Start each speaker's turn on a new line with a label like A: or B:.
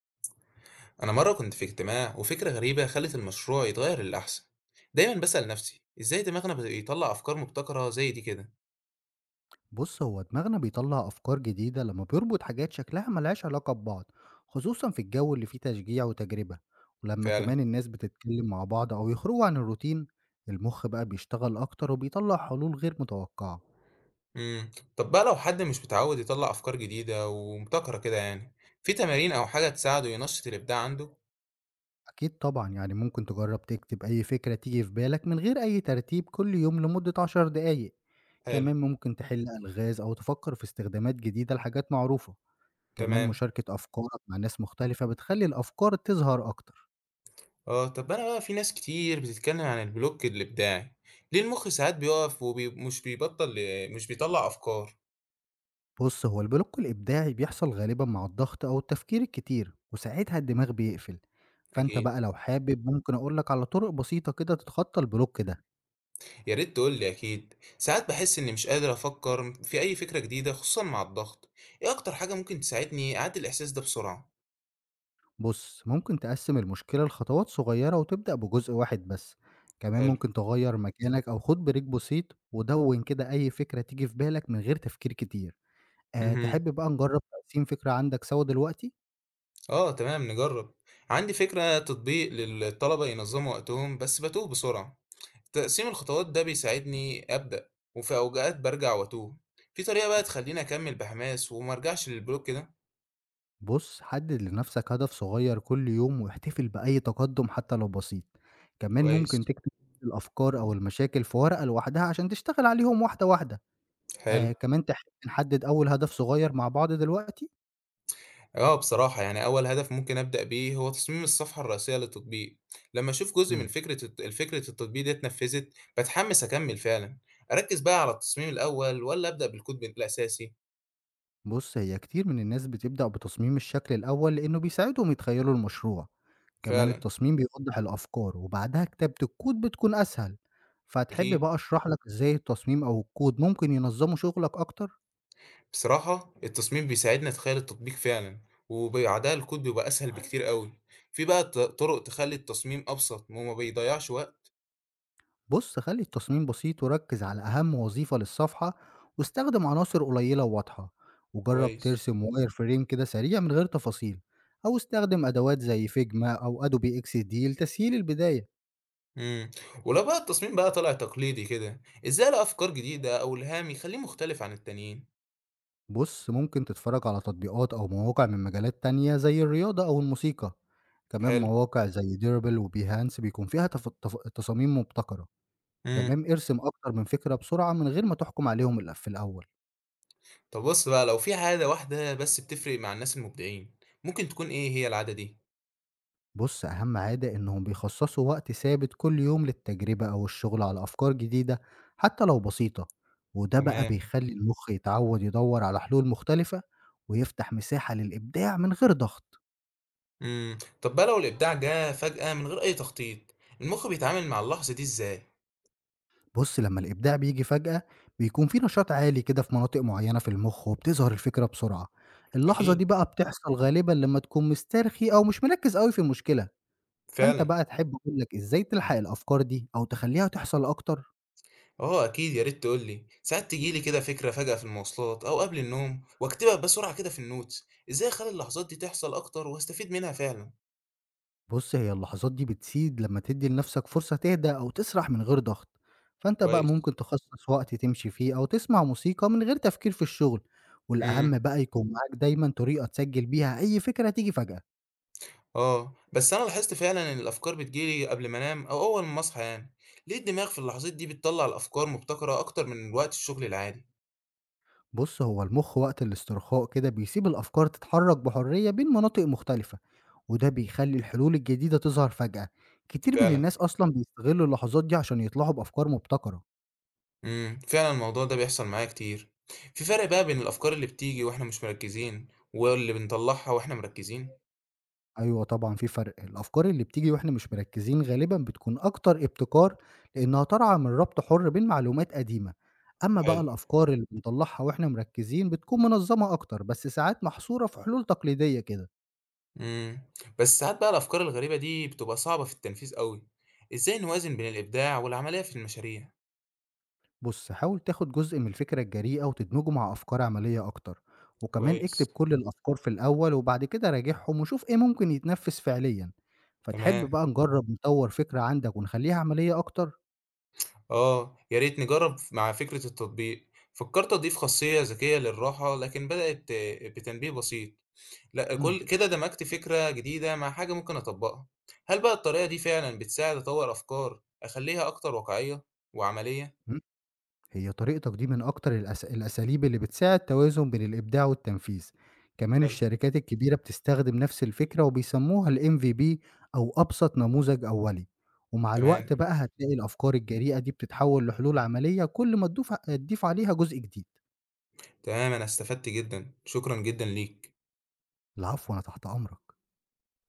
A: أنا مرة كنت في اجتماع وفكرة غريبة خلت المشروع يتغير للأحسن. دايما بسأل نفسي إزاي دماغنا بيطلع أفكار مبتكرة زي دي كده.
B: بص هو دماغنا بيطلع أفكار جديدة لما بيربط حاجات شكلها ملهاش علاقة ببعض، خصوصا في الجو اللي فيه تشجيع وتجربة، ولما
A: فعلا.
B: كمان الناس بتتكلم مع بعض أو يخرجوا عن الروتين. المخ بقى بيشتغل أكتر وبيطلع حلول غير متوقعة.
A: مم. طب بقى لو حد مش متعود يطلع أفكار جديدة ومبتكرة كده يعني، في تمارين أو حاجة تساعده ينشط الإبداع عنده؟
B: أكيد طبعا يعني ممكن تجرب تكتب أي فكرة تيجي في بالك من غير أي ترتيب كل يوم لمدة 10 دقايق.
A: حلو.
B: كمان ممكن تحل ألغاز أو تفكر في استخدامات جديدة لحاجات معروفة. كمان
A: تمام.
B: مشاركة أفكارك مع ناس مختلفة بتخلي الأفكار تظهر أكتر.
A: اه، طب أنا بقى في ناس كتير بتتكلم عن البلوك الإبداعي، ليه المخ ساعات بيقف ومش بيبطل، مش بيطلع أفكار.
B: بص هو البلوك الإبداعي بيحصل غالبا مع الضغط أو التفكير الكتير، وساعتها الدماغ بيقفل. فأنت
A: أكيد.
B: بقى لو حابب ممكن أقولك على طرق بسيطة كده تتخطى البلوك ده.
A: يا ريت تقول لي، أكيد ساعات بحس إني مش قادر أفكر في أي فكرة جديدة خصوصا مع الضغط. إيه أكتر حاجة ممكن تساعدني أعدي الإحساس ده بسرعة؟
B: بص ممكن تقسم المشكلة لخطوات صغيرة وتبدأ بجزء واحد بس. كمان
A: حلو.
B: ممكن تغير مكانك أو خد بريك بسيط ودون كده أي فكرة تيجي في بالك من غير تفكير كتير. أه
A: امم
B: تحب بقى نجرب تقسيم فكرة عندك سوا دلوقتي؟
A: آه تمام، نجرب. عندي فكرة تطبيق للطلبة ينظموا وقتهم، بس بتوه بسرعة. تقسيم الخطوات ده بيساعدني أبدأ، وفي أوقات برجع وأتوه. في طريقة بقى تخليني أكمل بحماس ومرجعش للبلوك كده؟
B: بص حدد لنفسك هدف صغير كل يوم واحتفل بأي تقدم حتى لو بسيط. كمان
A: كويس.
B: ممكن تكتب الأفكار أو المشاكل في ورقة لوحدها عشان تشتغل عليهم واحدة واحدة.
A: حلو.
B: آه كمان تحب نحدد أول هدف صغير مع بعض دلوقتي؟
A: اه بصراحة يعني أول هدف ممكن أبدأ بيه هو تصميم الصفحة الرئيسية للتطبيق، لما أشوف جزء من
B: مم.
A: فكرة الفكرة التطبيق دي اتنفذت بتحمس أكمل فعلا، أركز بقى على التصميم الأول ولا أبدأ بالكود الأساسي؟
B: بص هي كتير من الناس بتبدأ بتصميم الشكل الأول لأنه بيساعدهم يتخيلوا المشروع. كمان
A: فعلا.
B: التصميم بيوضح الأفكار وبعدها كتابة الكود بتكون أسهل. فتحب
A: أكيد.
B: بقى أشرح لك إزاي التصميم أو الكود ممكن ينظموا شغلك أكتر؟
A: بصراحة التصميم بيساعدنا نتخيل التطبيق فعلا، وبعدها الكود بيبقى أسهل بكتير قوي، في بقى طرق تخلي التصميم أبسط وما بيضيعش وقت؟
B: بص خلي التصميم بسيط وركز على أهم وظيفة للصفحة، واستخدم عناصر قليلة وواضحة، وجرب
A: كويس.
B: ترسم واير فريم كده سريع من غير تفاصيل، أو استخدم أدوات زي فيجما أو أدوبي إكس دي لتسهيل البداية.
A: امم ولو بقى التصميم بقى طلع تقليدي كده، إزاي ألاقي أفكار جديدة أو إلهام يخليه مختلف عن التانيين؟
B: بص ممكن تتفرج على تطبيقات أو مواقع من مجالات تانية زي الرياضة أو الموسيقى. كمان
A: حلو.
B: مواقع زي ديربل وبيهانس بيكون فيها تصاميم مبتكرة.
A: إمم.
B: كمان ارسم أكتر من فكرة بسرعة من غير ما تحكم عليهم في الأول.
A: طب بُص بقى، لو في عادة واحدة بس بتفرق مع الناس المبدعين، ممكن تكون إيه هي العادة دي؟
B: بُص، أهم عادة إنهم بيخصصوا وقت ثابت كل يوم للتجربة أو الشغل على أفكار جديدة حتى لو بسيطة، وده بقى
A: تمام.
B: بيخلّي المخ يتعوّد يدوّر على حلول مختلفة، ويفتح مساحة للإبداع من غير ضغط.
A: إمم. طب بقى لو الإبداع جه فجأة من غير أي تخطيط، المخ بيتعامل مع اللحظة دي إزاي؟
B: بُص، لمّا الإبداع بييجي فجأة بيكون في نشاط عالي كده في مناطق معيّنة في المخ وبتظهر الفكرة بسرعة. اللحظة
A: أكيد.
B: دي بقى بتحصل غالبًا لمّا تكون مسترخي أو مش مركّز أوي في المشكلة. فأنت
A: فعلًا.
B: بقى تحب أقول لك إزاي تلحق الأفكار دي أو تخلّيها تحصل أكتر؟
A: آه أكيد، يا ريت تقول لي. ساعات تيجي لي كده فكرة فجأة في المواصلات أو قبل النوم وأكتبها بسرعة كده في الnotes. إزاي أخلّي اللحظات دي تحصل أكتر وأستفيد منها فعلًا؟
B: بُص، هي اللحظات دي بتزيد لمّا تدّي لنفسك فرصة تهدى أو تسرح من غير ضغط، فأنت بقى
A: كويس.
B: ممكن تخصص وقت تمشي فيه أو تسمع موسيقى من غير تفكير في الشغل،
A: إمم.
B: والأهم بقى يكون معاك دايمًا طريقة تسجل بيها أي فكرة تيجي فجأة.
A: آه، بس أنا لاحظت فعلًا إن الأفكار بتيجي لي قبل ما أنام أو أول ما أصحى يعني، ليه الدماغ في اللحظات دي بتطلّع الأفكار مبتكرة أكتر من وقت الشغل العادي؟
B: بُص، هو المخ وقت الاسترخاء كده بيسيب الأفكار تتحرك بحرية بين مناطق مختلفة، وده بيخلّي الحلول الجديدة تظهر فجأة. كتير من
A: فعلا.
B: الناس أصلًا بيستغلوا اللحظات دي عشان يطلعوا بأفكار مبتكرة.
A: فعلًا الموضوع ده بيحصل معايا كتير، في فرق بقى بين الأفكار اللي بتيجي وإحنا مش مركزين واللي بنطلّعها وإحنا مركزين؟
B: أيوه طبعًا في فرق، الأفكار اللي بتيجي وإحنا مش مركّزين غالبًا بتكون أكتر ابتكار لإنها طالعة من ربط حُر بين معلومات قديمة، أمّا بقى
A: حلو.
B: الأفكار اللي بنطلّعها وإحنا مركّزين بتكون منظّمة أكتر بس ساعات محصورة في حلول تقليدية كده.
A: إمم، بس ساعات بقى الأفكار الغريبة دي بتبقى صعبة في التنفيذ أوي، إزاي نوازن بين الإبداع والعملية في المشاريع؟
B: بُص، حاول تاخد جزء من الفكرة الجريئة وتدمجه مع أفكار عملية أكتر، وكمان اكتب
A: كويس.
B: كل الأفكار في الأول وبعد كده راجعهم وشوف إيه ممكن يتنفّذ فعليًا. فتحب
A: تمام.
B: بقى نجرّب نطوّر فكرة عندك ونخلّيها عملية أكتر؟
A: آه، يا ريت نجرب مع فكرة التطبيق، فكرت أضيف خاصية ذكية للراحة لكن بدأت بتنبيه بسيط، لأ
B: إمم.
A: كل كده دمجت فكرة جديدة مع حاجة ممكن أطبقها، هل بقى الطريقة دي فعلا بتساعد أطور أفكار أخليها أكتر واقعية وعملية؟
B: هي طريقتك دي من أكتر الأساليب اللي بتساعد توازن بين الإبداع والتنفيذ. كمان
A: حلو.
B: الشركات الكبيرة بتستخدم نفس الفكرة وبيسموها الMVP أو أبسط نموذج أولي، ومع
A: تمام.
B: الوقت بقى هتلاقي الأفكار الجريئة دي بتتحول لحلول عملية كل ما تضيف عليها جزء جديد.
A: تمام، أنا استفدت جدا، شكرا جدا ليك.
B: العفو، أنا تحت أمرك.